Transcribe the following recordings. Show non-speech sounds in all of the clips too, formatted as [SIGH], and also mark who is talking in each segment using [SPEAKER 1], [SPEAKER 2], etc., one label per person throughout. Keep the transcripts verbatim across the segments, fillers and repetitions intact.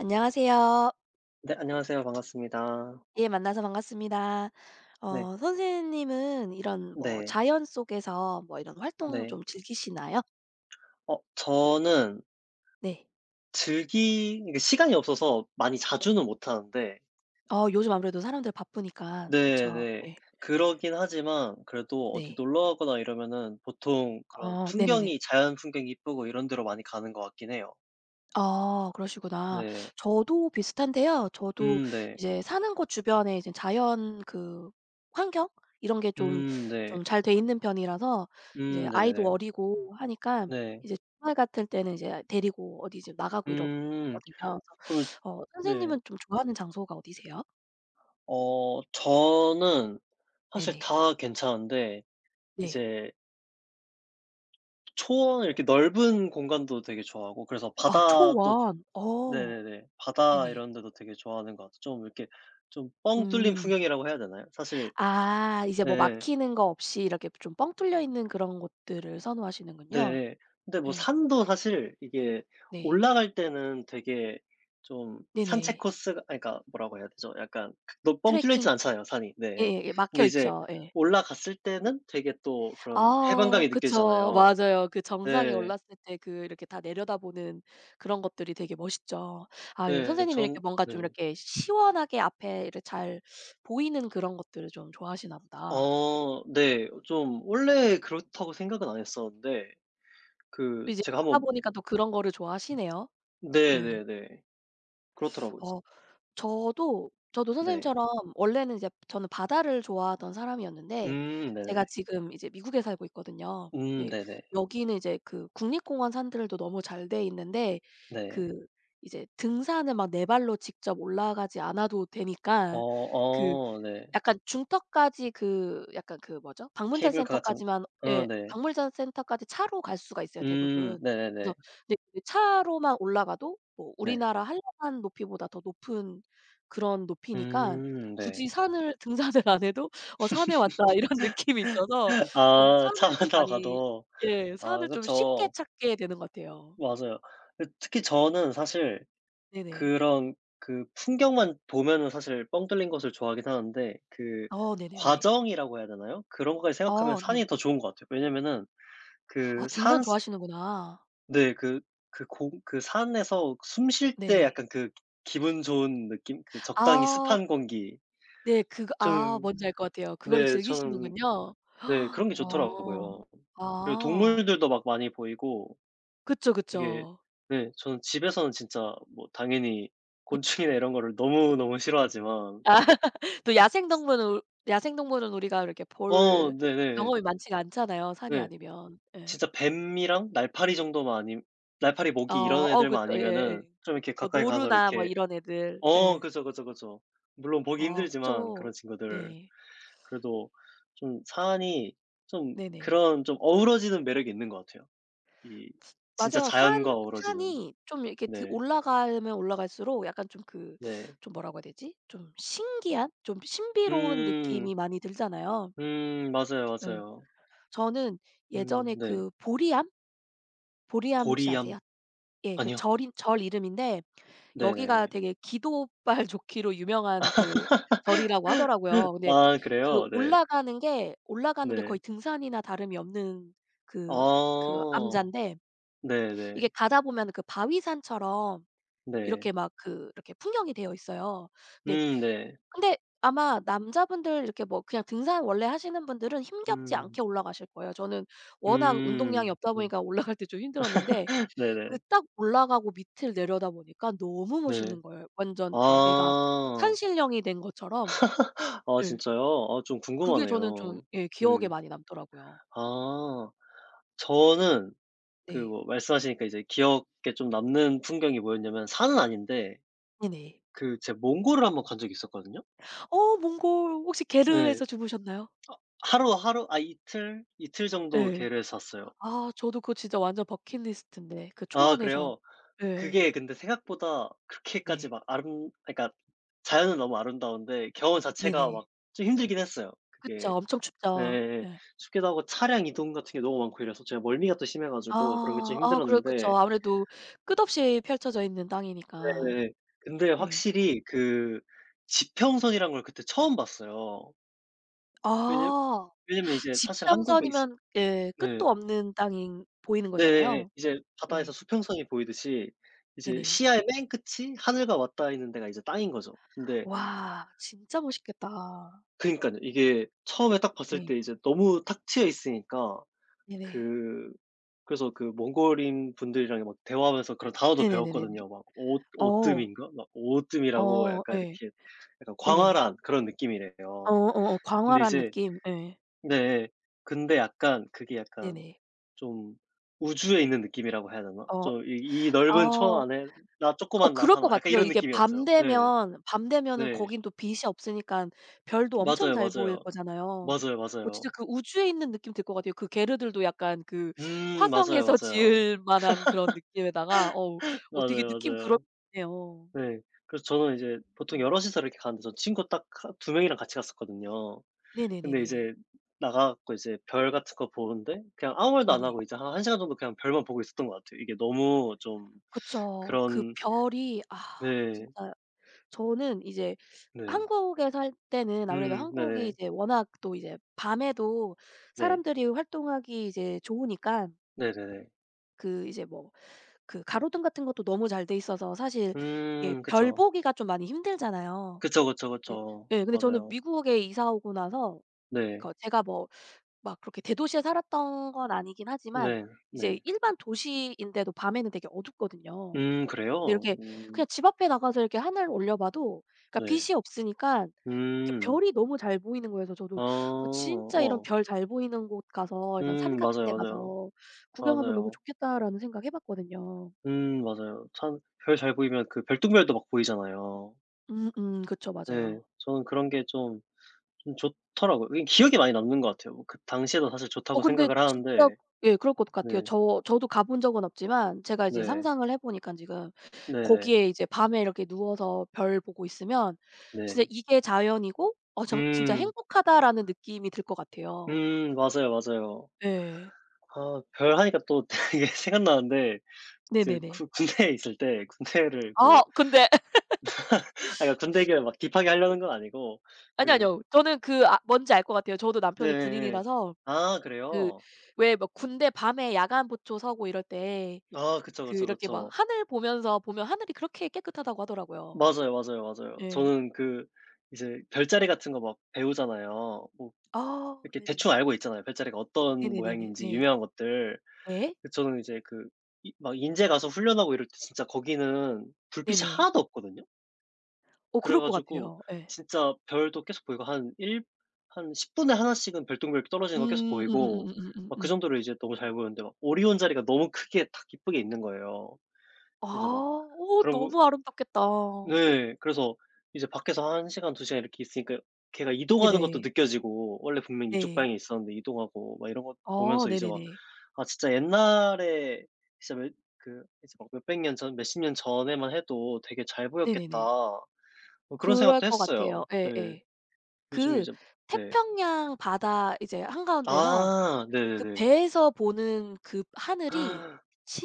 [SPEAKER 1] 안녕하세요.
[SPEAKER 2] 네, 안녕하세요. 반갑습니다.
[SPEAKER 1] 예, 만나서 반갑습니다.
[SPEAKER 2] 네.
[SPEAKER 1] 어, 선생님은 이런 뭐
[SPEAKER 2] 네.
[SPEAKER 1] 자연 속에서 뭐 이런 활동
[SPEAKER 2] 네.
[SPEAKER 1] 좀 즐기시나요?
[SPEAKER 2] 어 저는
[SPEAKER 1] 네.
[SPEAKER 2] 즐기 이게 시간이 없어서 많이 자주는 못 하는데.
[SPEAKER 1] 어, 요즘 아무래도 사람들 바쁘니까. 그쵸.
[SPEAKER 2] 네네.
[SPEAKER 1] 네.
[SPEAKER 2] 그러긴 하지만 그래도 어디
[SPEAKER 1] 네.
[SPEAKER 2] 놀러 가거나 이러면은 보통 그런
[SPEAKER 1] 어, 네네네.
[SPEAKER 2] 풍경이, 자연 풍경이 이쁘고 이런 데로 많이 가는 것 같긴 해요.
[SPEAKER 1] 아 그러시구나.
[SPEAKER 2] 네.
[SPEAKER 1] 저도 비슷한데요. 저도
[SPEAKER 2] 음 네.
[SPEAKER 1] 이제 사는 곳 주변에 이제 자연 그 환경 이런 게 좀
[SPEAKER 2] 음 네.
[SPEAKER 1] 좀 잘 돼 있는 편이라서 이제
[SPEAKER 2] 음 네네네.
[SPEAKER 1] 아이도
[SPEAKER 2] 네.
[SPEAKER 1] 어리고 하니까
[SPEAKER 2] 네. 네.
[SPEAKER 1] 이제 주말 같을 때는 이제 데리고 어디 이제 나가고 이러거든요.
[SPEAKER 2] 음
[SPEAKER 1] 그래서
[SPEAKER 2] 그러면.
[SPEAKER 1] 어
[SPEAKER 2] 네.
[SPEAKER 1] 선생님은 좀 좋아하는 장소가 어디세요?
[SPEAKER 2] 어 저는 사실
[SPEAKER 1] 네네.
[SPEAKER 2] 다 괜찮은데
[SPEAKER 1] 네.
[SPEAKER 2] 이제 초원, 이렇게 넓은 공간도 되게 좋아하고, 그래서
[SPEAKER 1] 아
[SPEAKER 2] 바다도.
[SPEAKER 1] 초원. 어
[SPEAKER 2] 네네네. 바다
[SPEAKER 1] 네네.
[SPEAKER 2] 이런 데도 되게 좋아하는 것 같아요. 좀 이렇게, 좀 뻥 뚫린
[SPEAKER 1] 음.
[SPEAKER 2] 풍경이라고 해야 되나요, 사실?
[SPEAKER 1] 아 이제 뭐
[SPEAKER 2] 예.
[SPEAKER 1] 막히는 거 없이 이렇게 좀 뻥 뚫려 있는 그런 곳들을 선호하시는군요.
[SPEAKER 2] 네. 근데 뭐
[SPEAKER 1] 네.
[SPEAKER 2] 산도 사실 이게
[SPEAKER 1] 네.
[SPEAKER 2] 올라갈 때는 되게 좀 산책
[SPEAKER 1] 네네.
[SPEAKER 2] 코스가 아니, 그러니까 뭐라고 해야 되죠? 약간 너 뻥 뚫려
[SPEAKER 1] 트레킹
[SPEAKER 2] 있진 않잖아요, 산이. 네.
[SPEAKER 1] 예예예.
[SPEAKER 2] 근데
[SPEAKER 1] 막혀
[SPEAKER 2] 이제
[SPEAKER 1] 있죠. 예.
[SPEAKER 2] 올라갔을 때는 되게 또 그런
[SPEAKER 1] 아
[SPEAKER 2] 해방감이
[SPEAKER 1] 그쵸.
[SPEAKER 2] 느껴지잖아요.
[SPEAKER 1] 맞아요. 그 정상에
[SPEAKER 2] 예.
[SPEAKER 1] 올랐을 때 그 이렇게 다 내려다보는 그런 것들이 되게 멋있죠. 아유
[SPEAKER 2] 예.
[SPEAKER 1] 선생님이 이렇게
[SPEAKER 2] 전
[SPEAKER 1] 뭔가 좀
[SPEAKER 2] 네.
[SPEAKER 1] 이렇게 시원하게 앞에 이렇게 잘 보이는 그런 것들을 좀 좋아하시나 보다.
[SPEAKER 2] 어 네. 좀 원래 그렇다고 생각은 안 했었는데 그
[SPEAKER 1] 또 이제
[SPEAKER 2] 제가
[SPEAKER 1] 가다
[SPEAKER 2] 한번.
[SPEAKER 1] 보니까 또 그런 거를 좋아하시네요. 예.
[SPEAKER 2] 네네네. 그렇더라고요. 지
[SPEAKER 1] 어 저도 저도
[SPEAKER 2] 네.
[SPEAKER 1] 선생님처럼 원래는 이제 저는 바다를 좋아하던 사람이었는데
[SPEAKER 2] 음 네네네.
[SPEAKER 1] 제가 지금 이제 미국에 살고 있거든요.
[SPEAKER 2] 음
[SPEAKER 1] 네.
[SPEAKER 2] 네네.
[SPEAKER 1] 여기는 이제 그 국립공원 산들도 너무 잘 돼 있는데 그
[SPEAKER 2] 네.
[SPEAKER 1] 이제 등산을 막 내 발로 직접 올라가지 않아도
[SPEAKER 2] 어
[SPEAKER 1] 되니까 그
[SPEAKER 2] 어 네.
[SPEAKER 1] 약간 중턱까지 그 약간 그 뭐죠? 방문자
[SPEAKER 2] 케이블카 같은.
[SPEAKER 1] 센터까지만
[SPEAKER 2] 어
[SPEAKER 1] 예.
[SPEAKER 2] 네.
[SPEAKER 1] 방문자 센터까지 차로 갈 수가 있어요
[SPEAKER 2] 음
[SPEAKER 1] 대부분. 그래서
[SPEAKER 2] 네네네.
[SPEAKER 1] 근데 그 차로만 올라가도 뭐
[SPEAKER 2] 네.
[SPEAKER 1] 우리나라 한라산 높이보다 더 높은 그런 높이니까
[SPEAKER 2] 음
[SPEAKER 1] 굳이
[SPEAKER 2] 네.
[SPEAKER 1] 산을 등산을 안 해도 '어 산에 왔다.' 이런 [LAUGHS] 느낌이 있어서
[SPEAKER 2] [LAUGHS]
[SPEAKER 1] 좀
[SPEAKER 2] 아,
[SPEAKER 1] 산을 좀
[SPEAKER 2] 차만 타고
[SPEAKER 1] 많이
[SPEAKER 2] 가도. [LAUGHS]
[SPEAKER 1] 예.
[SPEAKER 2] 아
[SPEAKER 1] 산을 좀 쉽게
[SPEAKER 2] 그쵸.
[SPEAKER 1] 찾게 되는 것 같아요.
[SPEAKER 2] 맞아요. 그 특히 저는 사실
[SPEAKER 1] 네네.
[SPEAKER 2] 그런, 그 풍경만 보면은 사실 뻥 뚫린 것을 좋아하긴 하는데 그
[SPEAKER 1] 어 네네네.
[SPEAKER 2] 과정이라고 해야 되나요? 그런 것까지 생각하면
[SPEAKER 1] 어 네.
[SPEAKER 2] 산이 더 좋은 것 같아요. 왜냐면은 그
[SPEAKER 1] 아 등산
[SPEAKER 2] 산.
[SPEAKER 1] 좋아하시는구나.
[SPEAKER 2] 네, 그 그 공 그 산에서 숨쉴 때
[SPEAKER 1] 네네.
[SPEAKER 2] 약간 그 기분 좋은 느낌? 그 적당히
[SPEAKER 1] 아.
[SPEAKER 2] 습한 공기.
[SPEAKER 1] 네. 그거 아
[SPEAKER 2] 저는,
[SPEAKER 1] 뭔지 알 것 같아요. 그거를
[SPEAKER 2] 네 저는,
[SPEAKER 1] 즐기시는군요.
[SPEAKER 2] 네 그런 게
[SPEAKER 1] 어.
[SPEAKER 2] 좋더라고요. 그리고
[SPEAKER 1] 아.
[SPEAKER 2] 동물들도 막 많이 보이고,
[SPEAKER 1] 그쵸,
[SPEAKER 2] 이게
[SPEAKER 1] 그쵸.
[SPEAKER 2] 네, 저는 집에서는 진짜 뭐 당연히 곤충이나
[SPEAKER 1] 네.
[SPEAKER 2] 이런 거를 너무너무 싫어하지만.
[SPEAKER 1] 또 야생동물은 야생동물은 우리가 이렇게
[SPEAKER 2] 어
[SPEAKER 1] 볼
[SPEAKER 2] 네네.
[SPEAKER 1] 경험이 많지가 않잖아요, 산이
[SPEAKER 2] 네.
[SPEAKER 1] 아니면. 예.
[SPEAKER 2] 진짜 뱀이랑 날파리 정도만 아님, 날파리,
[SPEAKER 1] 어
[SPEAKER 2] 모기 이런
[SPEAKER 1] 어
[SPEAKER 2] 애들만
[SPEAKER 1] 그쵸.
[SPEAKER 2] 아니면은
[SPEAKER 1] 예예.
[SPEAKER 2] 좀 이렇게
[SPEAKER 1] 뭐
[SPEAKER 2] 가까이 가서
[SPEAKER 1] 노루나 뭐
[SPEAKER 2] 이렇게.
[SPEAKER 1] 이런 애들.
[SPEAKER 2] 어
[SPEAKER 1] 예.
[SPEAKER 2] 그죠, 그죠, 그죠. 물론 보기
[SPEAKER 1] 아
[SPEAKER 2] 힘들지만 그런
[SPEAKER 1] 그쵸.
[SPEAKER 2] 친구들.
[SPEAKER 1] 예.
[SPEAKER 2] 그래도 좀 산이 좀
[SPEAKER 1] 네네.
[SPEAKER 2] 그런, 좀 어우러지는 매력이 있는 것 같아요. 이 진짜
[SPEAKER 1] 맞아요.
[SPEAKER 2] 자연과
[SPEAKER 1] 산
[SPEAKER 2] 어우러지는.
[SPEAKER 1] 산이 좀 이렇게 드
[SPEAKER 2] 네.
[SPEAKER 1] 올라가면 올라갈수록 약간 좀 그
[SPEAKER 2] 네.
[SPEAKER 1] 좀 뭐라고 해야 되지? 좀 신기한 좀 신비로운
[SPEAKER 2] 음.
[SPEAKER 1] 느낌이 많이 들잖아요.
[SPEAKER 2] 음 맞아요,
[SPEAKER 1] 예.
[SPEAKER 2] 맞아요.
[SPEAKER 1] 저는
[SPEAKER 2] 음
[SPEAKER 1] 예전에
[SPEAKER 2] 네.
[SPEAKER 1] 그 보리암? 보리암 혹시
[SPEAKER 2] 보리암.
[SPEAKER 1] 아세요? 예. 그
[SPEAKER 2] 아니요.
[SPEAKER 1] 절인 절 이름인데 여기가
[SPEAKER 2] 네네네.
[SPEAKER 1] 되게 기도발 [LAUGHS] 좋기로 유명한 그 절이라고 하더라고요. 근데
[SPEAKER 2] 아
[SPEAKER 1] 그
[SPEAKER 2] 그래요? 네.
[SPEAKER 1] 올라가는 게 올라가는 게
[SPEAKER 2] 네.
[SPEAKER 1] 거의 등산이나 다름이 없는 그 그
[SPEAKER 2] 아.
[SPEAKER 1] 암자인데
[SPEAKER 2] 네네.
[SPEAKER 1] 이게 가다 보면 그 바위산처럼
[SPEAKER 2] 네.
[SPEAKER 1] 이렇게 막 그 이렇게 풍경이 되어 있어요. 네.
[SPEAKER 2] 음 네.
[SPEAKER 1] 근데 아마 남자분들 이렇게 뭐 그냥 등산 원래 하시는 분들은 힘겹지
[SPEAKER 2] 음.
[SPEAKER 1] 않게 올라가실 거예요. 저는 워낙 운동량이
[SPEAKER 2] 음.
[SPEAKER 1] 없다
[SPEAKER 2] 음.
[SPEAKER 1] 보니까 [LAUGHS] 올라갈 때 좀 힘들었는데 그
[SPEAKER 2] 네네.
[SPEAKER 1] 딱 올라가고 밑을 내려다 보니까 너무
[SPEAKER 2] 네.
[SPEAKER 1] 멋있는 거예요. 완전 막 내가
[SPEAKER 2] 아.
[SPEAKER 1] 산신령이 된 것처럼.
[SPEAKER 2] 아
[SPEAKER 1] 예.
[SPEAKER 2] 진짜요? 아 좀
[SPEAKER 1] 그게 저는 좀
[SPEAKER 2] 궁금하네요.
[SPEAKER 1] 예 기억에
[SPEAKER 2] 음.
[SPEAKER 1] 많이 남더라고요.
[SPEAKER 2] 아 저는 그,
[SPEAKER 1] 네.
[SPEAKER 2] 뭐 말씀하시니까 이제 기억에 좀 남는 풍경이 뭐였냐면, 산은 아닌데
[SPEAKER 1] 네네.
[SPEAKER 2] 그 제가 몽골을 한번 간 적이 있었거든요.
[SPEAKER 1] 어 몽골 혹시
[SPEAKER 2] 네.
[SPEAKER 1] 게르에서 주무셨나요?
[SPEAKER 2] 아 하루, 하루, 아 이틀, 이틀 정도
[SPEAKER 1] 예.
[SPEAKER 2] 계를 샀어요.
[SPEAKER 1] 아 저도 그거 진짜 완전 버킷리스트인데 그
[SPEAKER 2] 아
[SPEAKER 1] 초원에서
[SPEAKER 2] 그래요?
[SPEAKER 1] 예.
[SPEAKER 2] 그게 근데 생각보다 그렇게까지
[SPEAKER 1] 네.
[SPEAKER 2] 막 아름 그러니까 자연은 너무 아름다운데 겨울 자체가 막
[SPEAKER 1] 네네.
[SPEAKER 2] 좀 힘들긴 했어요,
[SPEAKER 1] 그쵸.
[SPEAKER 2] 그게.
[SPEAKER 1] 엄청 춥죠.
[SPEAKER 2] 예예.
[SPEAKER 1] 예.
[SPEAKER 2] 춥기도 하고 차량 이동 같은 게 너무 많고 이래서 제가 멀미가 또 심해 가지고 그런 게 좀
[SPEAKER 1] 아. 아 그래
[SPEAKER 2] 힘들었는데.
[SPEAKER 1] 그쵸. 아무래도 끝없이 펼쳐져 있는 땅이니까.
[SPEAKER 2] 네, 근데
[SPEAKER 1] 예.
[SPEAKER 2] 확실히 그 지평선이란 걸 그때 처음 봤어요. 왜냐
[SPEAKER 1] 아.
[SPEAKER 2] 왜냐면 이제 사실 한국에 있으.
[SPEAKER 1] 지평선이면 예
[SPEAKER 2] 네.
[SPEAKER 1] 끝도 없는 땅이 보이는
[SPEAKER 2] 네예예.
[SPEAKER 1] 거잖아요.
[SPEAKER 2] 이제
[SPEAKER 1] 예.
[SPEAKER 2] 바다에서 수평선이 보이듯이 이제
[SPEAKER 1] 네네.
[SPEAKER 2] 시야의 맨 끝이 하늘과 맞닿아 있는 데가 이제 땅인 거죠. 근데
[SPEAKER 1] 와 진짜 멋있겠다.
[SPEAKER 2] 그니까요, 이게 처음에 딱 봤을
[SPEAKER 1] 예.
[SPEAKER 2] 때 이제 너무 탁 트여 있으니까
[SPEAKER 1] 네네.
[SPEAKER 2] 그 그래서 그 몽골인 분들이랑 막 대화하면서 그런 단어도
[SPEAKER 1] 네네네네네.
[SPEAKER 2] 배웠거든요. 막 오
[SPEAKER 1] 어.
[SPEAKER 2] 오뜸인가? 막 오뜸이라고,
[SPEAKER 1] 어
[SPEAKER 2] 약간
[SPEAKER 1] 예.
[SPEAKER 2] 이렇게 약간
[SPEAKER 1] 네네.
[SPEAKER 2] 광활한 그런 느낌이래요.
[SPEAKER 1] 어어어
[SPEAKER 2] 근데
[SPEAKER 1] 광활한
[SPEAKER 2] 이제.
[SPEAKER 1] 느낌. 예.
[SPEAKER 2] 네. 근데 약간 그게 약간
[SPEAKER 1] 네네.
[SPEAKER 2] 좀 우주에 있는 느낌이라고 해야 되나?
[SPEAKER 1] 어.
[SPEAKER 2] 좀 이 이 넓은 초
[SPEAKER 1] 아.
[SPEAKER 2] 안에 나,
[SPEAKER 1] 어
[SPEAKER 2] 조그만 나
[SPEAKER 1] 그럴 것
[SPEAKER 2] 하나, 약간
[SPEAKER 1] 같아요.
[SPEAKER 2] 이런
[SPEAKER 1] 이게 밤
[SPEAKER 2] 느낌이었어요. 네.
[SPEAKER 1] 되면 밤 되면은
[SPEAKER 2] 네.
[SPEAKER 1] 거긴 또 빛이 없으니까 별도 엄청
[SPEAKER 2] 맞아요,
[SPEAKER 1] 잘 보일
[SPEAKER 2] 맞아요.
[SPEAKER 1] 거잖아요.
[SPEAKER 2] 맞아요,
[SPEAKER 1] 어 진짜
[SPEAKER 2] 맞아요.
[SPEAKER 1] 그 우주에 있는 느낌 들 것 같아요. 그 게르들도 약간 그
[SPEAKER 2] 음 맞아요,
[SPEAKER 1] 화성에서 [LAUGHS]
[SPEAKER 2] 맞아요.
[SPEAKER 1] 지을 만한 그런 느낌에다가 어우 어 되게
[SPEAKER 2] 맞아요,
[SPEAKER 1] 느낌 그럴
[SPEAKER 2] 맞아요.
[SPEAKER 1] 네요.
[SPEAKER 2] 네. 그래서 저는 이제 보통
[SPEAKER 1] 어머.
[SPEAKER 2] 여럿이서 이렇게 가는데, 전 친구 딱 하 두 명이랑 같이 갔었거든요. 근데
[SPEAKER 1] 네네네네.
[SPEAKER 2] 이제 나가 갖고 이제 별 같은 거 보는데 그냥 아무 말도 안
[SPEAKER 1] 네네.
[SPEAKER 2] 하고 이제 한 한 시간 정도 그냥 별만 보고 있었던 것 같아요. 이게 너무 좀
[SPEAKER 1] 그쵸. 그
[SPEAKER 2] 그런.
[SPEAKER 1] 별이 아
[SPEAKER 2] 네.
[SPEAKER 1] 진짜 저는 이제
[SPEAKER 2] 네.
[SPEAKER 1] 한국에서 할 때는 아무래도
[SPEAKER 2] 음
[SPEAKER 1] 한국이
[SPEAKER 2] 네네.
[SPEAKER 1] 이제 워낙 또 이제 밤에도
[SPEAKER 2] 네.
[SPEAKER 1] 사람들이 활동하기 이제 좋으니까
[SPEAKER 2] 네네 네.
[SPEAKER 1] 그 이제 뭐 그 가로등 같은 것도 너무 잘 돼 있어서 사실 이게
[SPEAKER 2] 음
[SPEAKER 1] 별
[SPEAKER 2] 그쵸.
[SPEAKER 1] 보기가 좀 많이 힘들잖아요.
[SPEAKER 2] 그쵸, 그쵸,
[SPEAKER 1] 예.
[SPEAKER 2] 그쵸.
[SPEAKER 1] 예 근데 저는
[SPEAKER 2] 맞아요.
[SPEAKER 1] 미국에 이사 오고 나서
[SPEAKER 2] 네.
[SPEAKER 1] 그 제가 뭐 막 그렇게 대도시에 살았던 건 아니긴 하지만
[SPEAKER 2] 네. 네.
[SPEAKER 1] 이제 일반 도시인데도 밤에는 되게 어둡거든요.
[SPEAKER 2] 음
[SPEAKER 1] 근데
[SPEAKER 2] 그래요?
[SPEAKER 1] 이렇게
[SPEAKER 2] 음
[SPEAKER 1] 그냥 집 앞에 나가서 이렇게 하늘 올려 봐도 그러니까
[SPEAKER 2] 네.
[SPEAKER 1] 빛이 없으니까 저
[SPEAKER 2] 음.
[SPEAKER 1] 별이 너무 잘 보이는 거여서 저도
[SPEAKER 2] 아.
[SPEAKER 1] 어 진짜 이런
[SPEAKER 2] 어.
[SPEAKER 1] 별 잘 보이는 곳 가서 이런 산
[SPEAKER 2] 음
[SPEAKER 1] 같은
[SPEAKER 2] 맞아요,
[SPEAKER 1] 데
[SPEAKER 2] 맞아요.
[SPEAKER 1] 가서 구경하면 너무
[SPEAKER 2] 맞아요.
[SPEAKER 1] 좋겠다라는 생각 해 봤거든요.
[SPEAKER 2] 음 맞아요. 참, 별 잘 보이면 그 별똥별도 막 보이잖아요.
[SPEAKER 1] 음음. 그쵸. 맞아요.
[SPEAKER 2] 네. 저는 그런 게 좀 좀 좋더라고요. 이게 기억에 많이 남는 것 같아요. 뭐 그 당시에도 사실
[SPEAKER 1] 어
[SPEAKER 2] 좋다고
[SPEAKER 1] 근데
[SPEAKER 2] 생각을
[SPEAKER 1] 진짜
[SPEAKER 2] 하는데.
[SPEAKER 1] 예 그럴 것
[SPEAKER 2] 네.
[SPEAKER 1] 같아요. 저 저도 가본 적은 없지만 제가 이제
[SPEAKER 2] 네.
[SPEAKER 1] 상상을 해 보니깐 지금
[SPEAKER 2] 네네.
[SPEAKER 1] 거기에 이제 밤에 이렇게 누워서 별 보고 있으면 진짜
[SPEAKER 2] 네.
[SPEAKER 1] '이게 자연이고 어 정 진짜
[SPEAKER 2] 음.
[SPEAKER 1] 행복하다.'라는 느낌이 들 것 같아요.
[SPEAKER 2] 음 맞아요, 맞아요.
[SPEAKER 1] 예.
[SPEAKER 2] 아 별 하니까 또 [LAUGHS] 되게 생각나는데 이제
[SPEAKER 1] 네네네.
[SPEAKER 2] 구 군대에 있을 때 군대를
[SPEAKER 1] 아
[SPEAKER 2] 그.
[SPEAKER 1] 근데
[SPEAKER 2] 아 그러니까 군대 얘기를 막 딥하게 하려는 건 아니고.
[SPEAKER 1] 아니요,
[SPEAKER 2] 그
[SPEAKER 1] 아니요. 저는 그 아 뭔지 알 것 같아요. 저도
[SPEAKER 2] 네
[SPEAKER 1] 남편이
[SPEAKER 2] 예예.
[SPEAKER 1] 군인이라서
[SPEAKER 2] 아
[SPEAKER 1] 그
[SPEAKER 2] 그래요?
[SPEAKER 1] 왜 막 군대 밤에 야간 보초 서고 이럴 때
[SPEAKER 2] 아 그쵸,
[SPEAKER 1] 그
[SPEAKER 2] 그쵸,
[SPEAKER 1] 이렇게 막
[SPEAKER 2] 그쵸.
[SPEAKER 1] 하늘 보면서 보면 하늘이 그렇게 깨끗하다고 하더라고요.
[SPEAKER 2] 맞아요, 맞아요, 맞아요.
[SPEAKER 1] 예.
[SPEAKER 2] 저는 그 이제 별자리 같은 거 막 배우잖아요, 뭐
[SPEAKER 1] 아
[SPEAKER 2] 이렇게 대충
[SPEAKER 1] 네네네.
[SPEAKER 2] 알고 있잖아요, 별자리가 어떤
[SPEAKER 1] 네네네네.
[SPEAKER 2] 모양인지
[SPEAKER 1] 네.
[SPEAKER 2] 유명한 것들.
[SPEAKER 1] 네.
[SPEAKER 2] 근데 저는 이제 그, 이 막 인제 가서 훈련하고 이럴 때 진짜 거기는 불빛이
[SPEAKER 1] 네네.
[SPEAKER 2] 하나도 없거든요.
[SPEAKER 1] 어
[SPEAKER 2] 그래
[SPEAKER 1] 그럴 것
[SPEAKER 2] 가지고
[SPEAKER 1] 같아요. 예.
[SPEAKER 2] 진짜 별도 계속 보이고 한 1한십0 분에 하나 씩은 별똥별이 떨어지는 거 계속
[SPEAKER 1] 음.
[SPEAKER 2] 보이고 막 그
[SPEAKER 1] 음음음음음음음.
[SPEAKER 2] 정도로 이제 너무 잘 보였는데, 막 오리온 자리가 너무 크게 딱 이쁘게 있는 거예요.
[SPEAKER 1] 아.
[SPEAKER 2] 이제 막
[SPEAKER 1] 어
[SPEAKER 2] 그런 거.
[SPEAKER 1] 너무 아름답겠다.
[SPEAKER 2] 네. 그래서 이제 밖에서 한 시간, 두 시간 이렇게 있으니까 걔가 이동하는 것도
[SPEAKER 1] 네네.
[SPEAKER 2] 느껴지고, 원래 분명히 이쪽
[SPEAKER 1] 네.
[SPEAKER 2] 방향에 있었는데 이동하고 막 이런 거
[SPEAKER 1] 아
[SPEAKER 2] 보면서 이제 막
[SPEAKER 1] 네네네.
[SPEAKER 2] 아 진짜 옛날에, 진짜 몇, 그 이제 막 몇백 년 전, 몇 십 년 전에만 해도 되게 잘 보였겠다,
[SPEAKER 1] 네네네.
[SPEAKER 2] 뭐 그런
[SPEAKER 1] 그럴
[SPEAKER 2] 생각도
[SPEAKER 1] 것 같아요.
[SPEAKER 2] 했어요. 네.
[SPEAKER 1] 예예.
[SPEAKER 2] 요즘
[SPEAKER 1] 그
[SPEAKER 2] 이제. 네.
[SPEAKER 1] 태평양 바다 이제 한가운데서
[SPEAKER 2] 아
[SPEAKER 1] 그
[SPEAKER 2] 네네네.
[SPEAKER 1] 배에서 보는 그 하늘이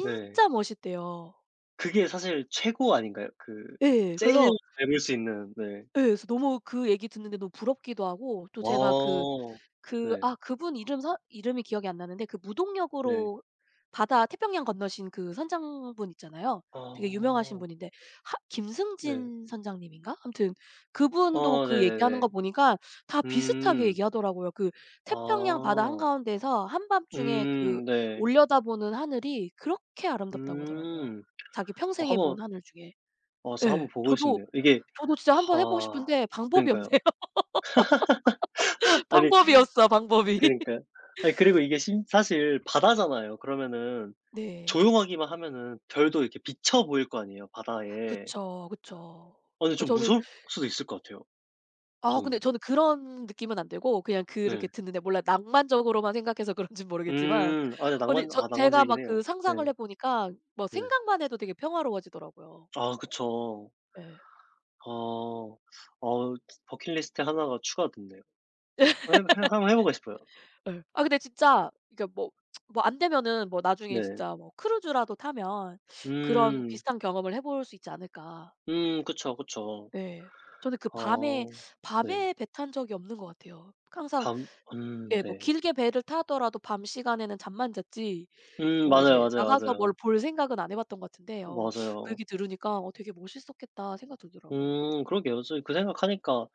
[SPEAKER 2] 네.
[SPEAKER 1] 멋있대요.
[SPEAKER 2] 그게 사실 최고 아닌가요? 그
[SPEAKER 1] 예.
[SPEAKER 2] 제일
[SPEAKER 1] 그래서
[SPEAKER 2] 잘 볼 수 있는. 네.
[SPEAKER 1] 예 그래서 너무 그 얘기 듣는데 너무 부럽기도 하고 또 제가 그
[SPEAKER 2] 어.
[SPEAKER 1] 그
[SPEAKER 2] 네.
[SPEAKER 1] 아 그분 이름 서 이름이 기억이 안 나는데 그
[SPEAKER 2] 네.
[SPEAKER 1] 무동역으로 바다 태평양 건너신 그 선장분 있잖아요. 되게 유명하신
[SPEAKER 2] 아.
[SPEAKER 1] 분인데 하
[SPEAKER 2] 네.
[SPEAKER 1] 김승진 선장님인가? 아무튼 그분도
[SPEAKER 2] 어
[SPEAKER 1] 그 얘기하는
[SPEAKER 2] 네네네.
[SPEAKER 1] 거 보니까 다 비슷하게
[SPEAKER 2] 음.
[SPEAKER 1] 얘기하더라고요. 그 태평양
[SPEAKER 2] 아.
[SPEAKER 1] 바다 한가운데에서 한밤중에 그
[SPEAKER 2] 음 네.
[SPEAKER 1] 올려다보는 하늘이 그렇게 아름답다고 하더라고요.
[SPEAKER 2] 음.
[SPEAKER 1] 자기
[SPEAKER 2] 어,
[SPEAKER 1] 평생에
[SPEAKER 2] 한번
[SPEAKER 1] 본 하늘 중에.
[SPEAKER 2] 와서 한번
[SPEAKER 1] 예.
[SPEAKER 2] 보고
[SPEAKER 1] 저도
[SPEAKER 2] 싶네요, 이게.
[SPEAKER 1] 저도 진짜 한번 해 보고
[SPEAKER 2] 아
[SPEAKER 1] 싶은데 방법이
[SPEAKER 2] 그러니까요.
[SPEAKER 1] 없네요.
[SPEAKER 2] [LAUGHS]
[SPEAKER 1] [LAUGHS]
[SPEAKER 2] 아니
[SPEAKER 1] 방법이 없어, 방법이. [LAUGHS]
[SPEAKER 2] 그러니까, 아니 그리고 이게 심 사실 바다잖아요. 그러면은
[SPEAKER 1] 네.
[SPEAKER 2] 조용하기만 하면은 별도 이렇게 비쳐 보일 거 아니에요, 바다에.
[SPEAKER 1] 그쵸, 그쵸.
[SPEAKER 2] 아 근데
[SPEAKER 1] 그
[SPEAKER 2] 좀
[SPEAKER 1] 저는
[SPEAKER 2] 무서울 수도 있을 것 같아요,
[SPEAKER 1] 아 근데
[SPEAKER 2] 저는.
[SPEAKER 1] 저는 그런 느낌은 안 들고 그냥 그렇게
[SPEAKER 2] 네.
[SPEAKER 1] 듣는데 몰라 낭만적으로만 생각해서 그런진 모르겠지만
[SPEAKER 2] 음. 아 네,
[SPEAKER 1] 아니
[SPEAKER 2] 낭만
[SPEAKER 1] 저
[SPEAKER 2] 아
[SPEAKER 1] 제가
[SPEAKER 2] 낭만적이긴
[SPEAKER 1] 막 그
[SPEAKER 2] 해요.
[SPEAKER 1] 상상을
[SPEAKER 2] 네.
[SPEAKER 1] 해 보니까 뭐
[SPEAKER 2] 네.
[SPEAKER 1] 생각만 해도 되게 평화로워지더라고요.
[SPEAKER 2] 아 그쵸.
[SPEAKER 1] 예.
[SPEAKER 2] 어. 어 버킷리스트 하나가 추가됐네요. 해 해 한번 해 보고 싶어요.
[SPEAKER 1] 예. 아 근데 진짜 이게 뭐 뭐 안 되면은 뭐 나중에
[SPEAKER 2] 네.
[SPEAKER 1] 진짜 뭐 크루즈라도 타면 그런
[SPEAKER 2] 음.
[SPEAKER 1] 비슷한 경험을 해볼 수 있지 않을까.
[SPEAKER 2] 음 그쵸, 그쵸.
[SPEAKER 1] 예. 저는 그 밤에
[SPEAKER 2] 어 네.
[SPEAKER 1] 밤에 배 탄 적이 없는 것 같아요. 항상
[SPEAKER 2] 밤 음
[SPEAKER 1] 예 뭐
[SPEAKER 2] 네.
[SPEAKER 1] 길게 배를 타더라도 밤 시간에는 잠만 잤지
[SPEAKER 2] 음
[SPEAKER 1] 뭐
[SPEAKER 2] 맞아요,
[SPEAKER 1] 이제
[SPEAKER 2] 맞아요,
[SPEAKER 1] 나가서
[SPEAKER 2] 맞아요.
[SPEAKER 1] 뭘 볼 생각은 안 해 봤던 것 같은데 어 그
[SPEAKER 2] 맞아요.
[SPEAKER 1] 얘기 들으니까 어 되게 멋있었겠다 생각 들더라고요.
[SPEAKER 2] 음 그러게요, 저 그 생각하니까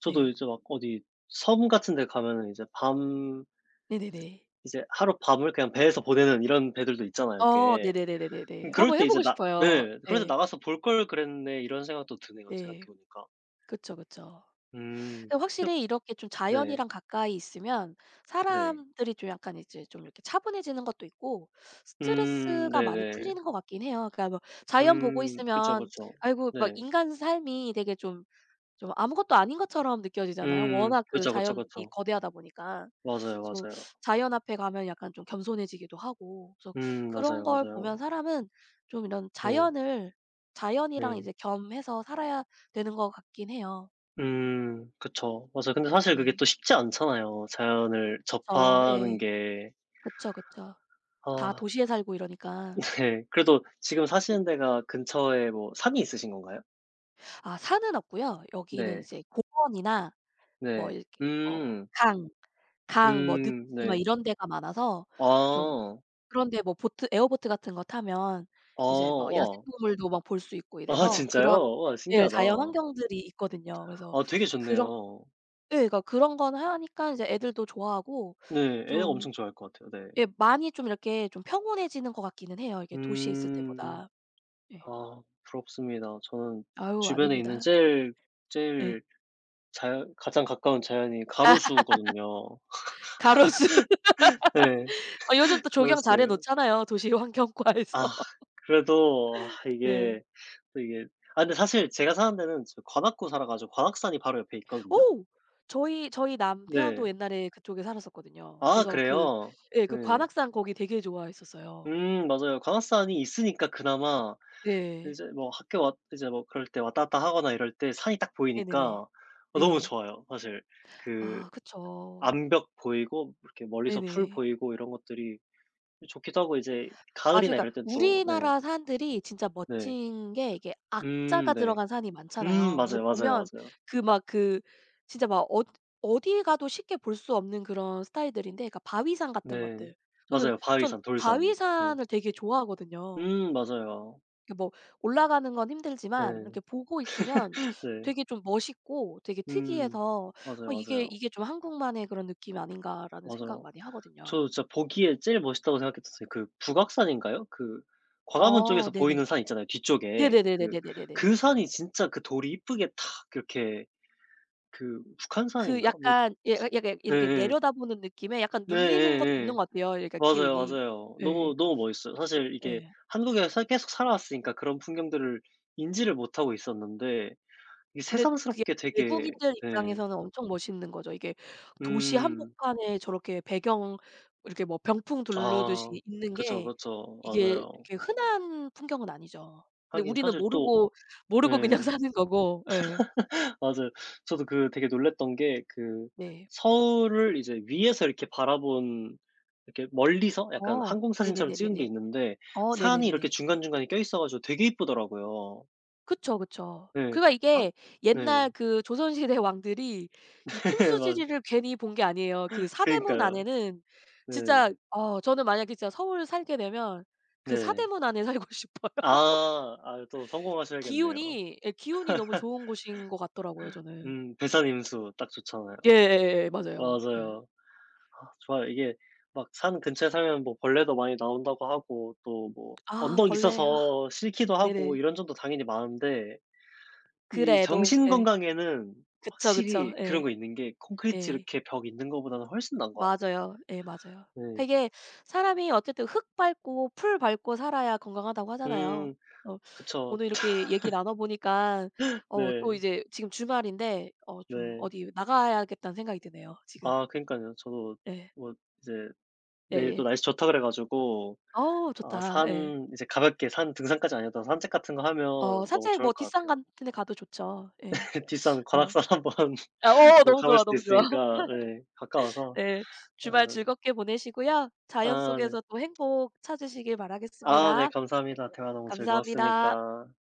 [SPEAKER 2] 저도
[SPEAKER 1] 네.
[SPEAKER 2] 이제 막 어디 섬 같은 데 가면은 이제 밤
[SPEAKER 1] 네네네.
[SPEAKER 2] 이제 하루 밤을 그냥 배에서 보내는 이런 배들도 있잖아요,
[SPEAKER 1] 어
[SPEAKER 2] 꽤.
[SPEAKER 1] 네네네네네네.
[SPEAKER 2] 음 그럴
[SPEAKER 1] 한번 해
[SPEAKER 2] 때 이제
[SPEAKER 1] 보고
[SPEAKER 2] 나
[SPEAKER 1] 싶어요.
[SPEAKER 2] 네, 그럴 때
[SPEAKER 1] 네.
[SPEAKER 2] '나가서 볼 걸 그랬네.' 이런 생각도 드네요, 생각해
[SPEAKER 1] 네.
[SPEAKER 2] 보니까.
[SPEAKER 1] 그쵸, 그쵸.
[SPEAKER 2] 음.
[SPEAKER 1] 근데 확실히 이렇게 좀
[SPEAKER 2] 네.
[SPEAKER 1] 자연이랑 가까이 있으면
[SPEAKER 2] 네.
[SPEAKER 1] 사람들이 좀 약간 이제 좀 이렇게 차분해지는 것도 있고
[SPEAKER 2] 음
[SPEAKER 1] 스트레스가 많이
[SPEAKER 2] 네네.
[SPEAKER 1] 풀리는 것 같긴 해요. 그러니까 뭐 자연 보고
[SPEAKER 2] 음 그쵸,
[SPEAKER 1] 있으면
[SPEAKER 2] 그쵸.
[SPEAKER 1] 아이고 막
[SPEAKER 2] 네.
[SPEAKER 1] 인간 삶이 되게 좀 좀 아무것도 아닌 것처럼 느껴지잖아요.
[SPEAKER 2] 음
[SPEAKER 1] 워낙 그
[SPEAKER 2] 그쵸, 그쵸,
[SPEAKER 1] 자연이
[SPEAKER 2] 그쵸.
[SPEAKER 1] 거대하다 보니까.
[SPEAKER 2] 맞아요,
[SPEAKER 1] 그래서
[SPEAKER 2] 맞아요.
[SPEAKER 1] 자연 앞에 가면 약간 좀 겸손해지기도 하고 그래서
[SPEAKER 2] 음
[SPEAKER 1] 그런
[SPEAKER 2] 맞아요,
[SPEAKER 1] 걸
[SPEAKER 2] 맞아요.
[SPEAKER 1] 보면 사람은 좀 이런
[SPEAKER 2] 네.
[SPEAKER 1] 자연을 자연이랑
[SPEAKER 2] 네.
[SPEAKER 1] 이제 겸해서 살아야 되는 것 같긴 해요.
[SPEAKER 2] 음 그쵸. 맞아요. 근데 사실 그게
[SPEAKER 1] 네.
[SPEAKER 2] 또 쉽지 않잖아요, 자연을
[SPEAKER 1] 그쵸.
[SPEAKER 2] 접하는
[SPEAKER 1] 예.
[SPEAKER 2] 게.
[SPEAKER 1] 그쵸, 그쵸. 다
[SPEAKER 2] 아,
[SPEAKER 1] 도시에 살고 이러니까.
[SPEAKER 2] [LAUGHS] 네, 그래도 지금 사시는 데가 근처에 뭐 산이 있으신 건가요?
[SPEAKER 1] 아 산은 없고요. 여기는
[SPEAKER 2] 네.
[SPEAKER 1] 이제 공원이나 뭐
[SPEAKER 2] 네.
[SPEAKER 1] 이렇게 뭐
[SPEAKER 2] 음.
[SPEAKER 1] 강, 강 뭐
[SPEAKER 2] 음
[SPEAKER 1] 늪지 막
[SPEAKER 2] 네.
[SPEAKER 1] 이런 데가 많아서 좀
[SPEAKER 2] 아.
[SPEAKER 1] 그런데 뭐 보트 에어보트 같은 거 타면
[SPEAKER 2] 아.
[SPEAKER 1] 이제 막
[SPEAKER 2] 와.
[SPEAKER 1] 야생동물도 막 볼 수 있고
[SPEAKER 2] 아
[SPEAKER 1] 이래서 그런
[SPEAKER 2] 진짜요? 와
[SPEAKER 1] 예
[SPEAKER 2] 신기하다.
[SPEAKER 1] 자연 환경들이 있거든요. 그래서
[SPEAKER 2] 아 되게
[SPEAKER 1] 그런
[SPEAKER 2] 좋네요.
[SPEAKER 1] 예 그러니까 그런 건 하니까 이제 애들도 좋아하고
[SPEAKER 2] 네. 애가
[SPEAKER 1] 좀
[SPEAKER 2] 엄청 좋아할 것 같아요. 네.
[SPEAKER 1] 예 많이 좀 이렇게 좀 평온해지는 것 같기는 해요, 이게 도시에 있을
[SPEAKER 2] 음.
[SPEAKER 1] 때보다. 예.
[SPEAKER 2] 아 부럽습니다. 저는
[SPEAKER 1] 아유
[SPEAKER 2] 주변에 있는
[SPEAKER 1] 아닙니다.
[SPEAKER 2] 제일,
[SPEAKER 1] 예.
[SPEAKER 2] 제일 자연, 가장 가까운 자연이 가로수거든요.
[SPEAKER 1] 가로수. [LAUGHS]
[SPEAKER 2] 네.
[SPEAKER 1] 아 요즘 또 조경 잘해
[SPEAKER 2] 가로수예요.
[SPEAKER 1] 놓잖아요, 도시 환경과에서.
[SPEAKER 2] 아,
[SPEAKER 1] [LAUGHS]
[SPEAKER 2] 그래도 아
[SPEAKER 1] 예.
[SPEAKER 2] 이게, 또 이게, 아 근데 사실 제가 사는 데는 저 관악구 살아 가지고 관악산이 바로 옆에 있거든요.
[SPEAKER 1] 오 저희 저희
[SPEAKER 2] 네.
[SPEAKER 1] 남편도 옛날에 그쪽에 살았었거든요.
[SPEAKER 2] 아
[SPEAKER 1] 그래서 그
[SPEAKER 2] 그래요?
[SPEAKER 1] 예 그
[SPEAKER 2] 네.
[SPEAKER 1] 관악산 거기 되게 좋아했었어요.
[SPEAKER 2] 음 맞아요. 관악산이 있으니까 그나마
[SPEAKER 1] 네.
[SPEAKER 2] 이제 뭐 학교 왔, 이제 뭐 그럴 때 왔다 갔다 하거나 이럴 때 산이 딱
[SPEAKER 1] 네네네.
[SPEAKER 2] 보이니까 어 너무
[SPEAKER 1] 네.
[SPEAKER 2] 좋아요 사실. 그
[SPEAKER 1] 아 그쵸.
[SPEAKER 2] 암벽 보이고 이렇게 멀리서 풀
[SPEAKER 1] 네네.
[SPEAKER 2] 보이고 이런 것들이 좋기도 하고, 이제
[SPEAKER 1] 맞아요.
[SPEAKER 2] 가을이나
[SPEAKER 1] 그러니까
[SPEAKER 2] 이럴 땐 또 네.
[SPEAKER 1] 우리나라 산들이 진짜
[SPEAKER 2] 네.
[SPEAKER 1] 멋진 게 이게 악자가
[SPEAKER 2] 음 네.
[SPEAKER 1] 들어간 산이
[SPEAKER 2] 음
[SPEAKER 1] 많잖아요. 근데
[SPEAKER 2] 맞아요, 맞아요,
[SPEAKER 1] 보면
[SPEAKER 2] 맞아요.
[SPEAKER 1] 그 막 그 진짜 막 어 어디 가도 쉽게 볼 수 없는 그런 스타일들인데 그러니까 바위산 같은
[SPEAKER 2] 네.
[SPEAKER 1] 것들. 저는
[SPEAKER 2] 맞아요,
[SPEAKER 1] 전
[SPEAKER 2] 바위산, 돌산. 네.
[SPEAKER 1] 바위산을 되게 좋아하거든요.
[SPEAKER 2] 음 맞아요.
[SPEAKER 1] 이렇게 뭐 올라가는 건 힘들지만 이렇게
[SPEAKER 2] 네.
[SPEAKER 1] 보고 있으면
[SPEAKER 2] 네.
[SPEAKER 1] 되게 좀 멋있고 되게
[SPEAKER 2] 음.
[SPEAKER 1] 특이해서 어
[SPEAKER 2] 맞아요,
[SPEAKER 1] 이게
[SPEAKER 2] 맞아요.
[SPEAKER 1] '이게 좀 한국만의 그런 느낌 아닌가.'라는 생각
[SPEAKER 2] 맞아요.
[SPEAKER 1] 많이 하거든요.
[SPEAKER 2] 저 진짜 보기에 제일 멋있다고 생각했었어요. 그 북악산인가요? 그 광화문
[SPEAKER 1] 어
[SPEAKER 2] 쪽에서
[SPEAKER 1] 네네네.
[SPEAKER 2] 보이는 산 있잖아요, 뒤쪽에. 그 그
[SPEAKER 1] 네네네네네네네네네.
[SPEAKER 2] 산이 진짜 그 돌이 이쁘게 탁 이렇게, 그
[SPEAKER 1] 그
[SPEAKER 2] 북한산인가? 뭐
[SPEAKER 1] 약간 예 약 약간 이렇게
[SPEAKER 2] 예예.
[SPEAKER 1] 내려다보는 느낌에 약간
[SPEAKER 2] 네
[SPEAKER 1] 눌리는 것도 있는
[SPEAKER 2] 예예.
[SPEAKER 1] 것 같아요, 그러니까
[SPEAKER 2] 맞아요,
[SPEAKER 1] 기운이.
[SPEAKER 2] 맞아요.
[SPEAKER 1] 예.
[SPEAKER 2] 너무, 너무 멋있어요. 사실 이게
[SPEAKER 1] 예.
[SPEAKER 2] 한국에서 계속 살아왔으니까 그런 풍경들을 인지를 못하고 있었는데 이게
[SPEAKER 1] 근데 그게
[SPEAKER 2] 새삼스럽게 되게.
[SPEAKER 1] 외국인들
[SPEAKER 2] 예.
[SPEAKER 1] 입장에서는 엄청 멋있는 거죠. 이게 도시
[SPEAKER 2] 음.
[SPEAKER 1] 한복판에 저렇게 배경 이렇게 뭐 병풍
[SPEAKER 2] 아.
[SPEAKER 1] 두르듯이 있는
[SPEAKER 2] 그쵸,
[SPEAKER 1] 게
[SPEAKER 2] 그쵸.
[SPEAKER 1] 이게
[SPEAKER 2] 맞아요.
[SPEAKER 1] 이렇게 흔한 풍경은 아니죠. 근데
[SPEAKER 2] 하긴
[SPEAKER 1] 우리는
[SPEAKER 2] 사실 또.
[SPEAKER 1] 모르고 모르고 그냥
[SPEAKER 2] 예.
[SPEAKER 1] [LAUGHS] 사는 거고. 예.
[SPEAKER 2] 맞아요. 저도 그 되게 놀랐던 게 그
[SPEAKER 1] 네.
[SPEAKER 2] 서울을 이제 위에서 이렇게 바라본, 이렇게 멀리서 약간
[SPEAKER 1] 어.
[SPEAKER 2] 항공 사진처럼 찍은 게
[SPEAKER 1] 네네네네네.
[SPEAKER 2] 있는데
[SPEAKER 1] 어
[SPEAKER 2] 산이 이렇게
[SPEAKER 1] 네네네네.
[SPEAKER 2] 중간중간에 껴 있어 가지고 되게 이쁘더라고요.
[SPEAKER 1] 그쵸, 그쵸.
[SPEAKER 2] 네.
[SPEAKER 1] 그러니까
[SPEAKER 2] 아
[SPEAKER 1] 이게 옛날
[SPEAKER 2] 네.
[SPEAKER 1] 그 조선 시대 왕들이 이
[SPEAKER 2] [LAUGHS] 맞,
[SPEAKER 1] 풍수지리를 괜히 본 게 아니에요. 그 사대문
[SPEAKER 2] 그니까요.
[SPEAKER 1] 안에는
[SPEAKER 2] 네.
[SPEAKER 1] 진짜 어 저는 만약에 진짜 서울 살게 되면 그
[SPEAKER 2] 네.
[SPEAKER 1] 사대문 안에 [LAUGHS] 살고 싶어요.
[SPEAKER 2] 아. 아 또 성공하셔야겠네요.
[SPEAKER 1] 기운이 예 기운이 너무 좋은 곳인 것 같더라고요 저는.
[SPEAKER 2] 음. 배산임수 딱 좋잖아요.
[SPEAKER 1] 예예예 맞아요. 예.
[SPEAKER 2] 맞아요. 아 좋아요. 이게 막 산 근처에 살면 뭐 벌레도 많이 나온다고 하고 또 뭐
[SPEAKER 1] 아
[SPEAKER 2] 언덕이
[SPEAKER 1] 벌레. 아
[SPEAKER 2] 있어서 싫기도 하고
[SPEAKER 1] 네네.
[SPEAKER 2] 이런 점도 당연히 많은데 이
[SPEAKER 1] 그래도
[SPEAKER 2] 정신
[SPEAKER 1] 예.
[SPEAKER 2] 건강에는
[SPEAKER 1] 그쵸, 그쵸.
[SPEAKER 2] 확실히 그런
[SPEAKER 1] 예.
[SPEAKER 2] 거 있는 게 콘크리트
[SPEAKER 1] 예.
[SPEAKER 2] 이렇게 벽 있는 거보다는 훨씬 나은 것 같아요.
[SPEAKER 1] 맞아요. 예 맞아요. 그러니까
[SPEAKER 2] 네.
[SPEAKER 1] 이게 사람이 어쨌든 흙 밟고 풀 밟고 살아야 건강하다고 하잖아요.
[SPEAKER 2] 음
[SPEAKER 1] 어
[SPEAKER 2] 그쵸.
[SPEAKER 1] 오늘 이렇게 얘기 나눠 보니까 어 또
[SPEAKER 2] 네.
[SPEAKER 1] 이제 지금 주말인데 어 좀
[SPEAKER 2] 네.
[SPEAKER 1] 어디 나가야겠다는 생각이 드네요 지금.
[SPEAKER 2] 아 그러니까요, 저도
[SPEAKER 1] 예.
[SPEAKER 2] 뭐 이제 내일 또
[SPEAKER 1] 예예.
[SPEAKER 2] 날씨 좋다 그래 가지고
[SPEAKER 1] 어우
[SPEAKER 2] 아
[SPEAKER 1] 좋다. 예.
[SPEAKER 2] 산 이제 가볍게 산, 등산까지 아니어도 산책 같은 거 하면
[SPEAKER 1] 어
[SPEAKER 2] 너무
[SPEAKER 1] 산책
[SPEAKER 2] 좋을
[SPEAKER 1] 뭐
[SPEAKER 2] 것
[SPEAKER 1] 뒷산
[SPEAKER 2] 같아요.
[SPEAKER 1] 같은 데 가도 좋죠. 예.
[SPEAKER 2] [LAUGHS] 뒷산
[SPEAKER 1] 어.
[SPEAKER 2] 관악산 한번
[SPEAKER 1] 아어 어,
[SPEAKER 2] 뭐
[SPEAKER 1] 너무
[SPEAKER 2] 가볼
[SPEAKER 1] 좋아,
[SPEAKER 2] 수도
[SPEAKER 1] 너무 좋아.
[SPEAKER 2] 있으니까 네, 가까워서.
[SPEAKER 1] 네. 주말
[SPEAKER 2] 아.
[SPEAKER 1] 즐겁게 보내시고요. 자연
[SPEAKER 2] 아 네.
[SPEAKER 1] 속에서 또 행복 찾으시길
[SPEAKER 2] 아 네
[SPEAKER 1] 바라겠습니다.
[SPEAKER 2] 감사합니다. 대화 너무
[SPEAKER 1] 감사합니다.
[SPEAKER 2] 즐거웠습니다.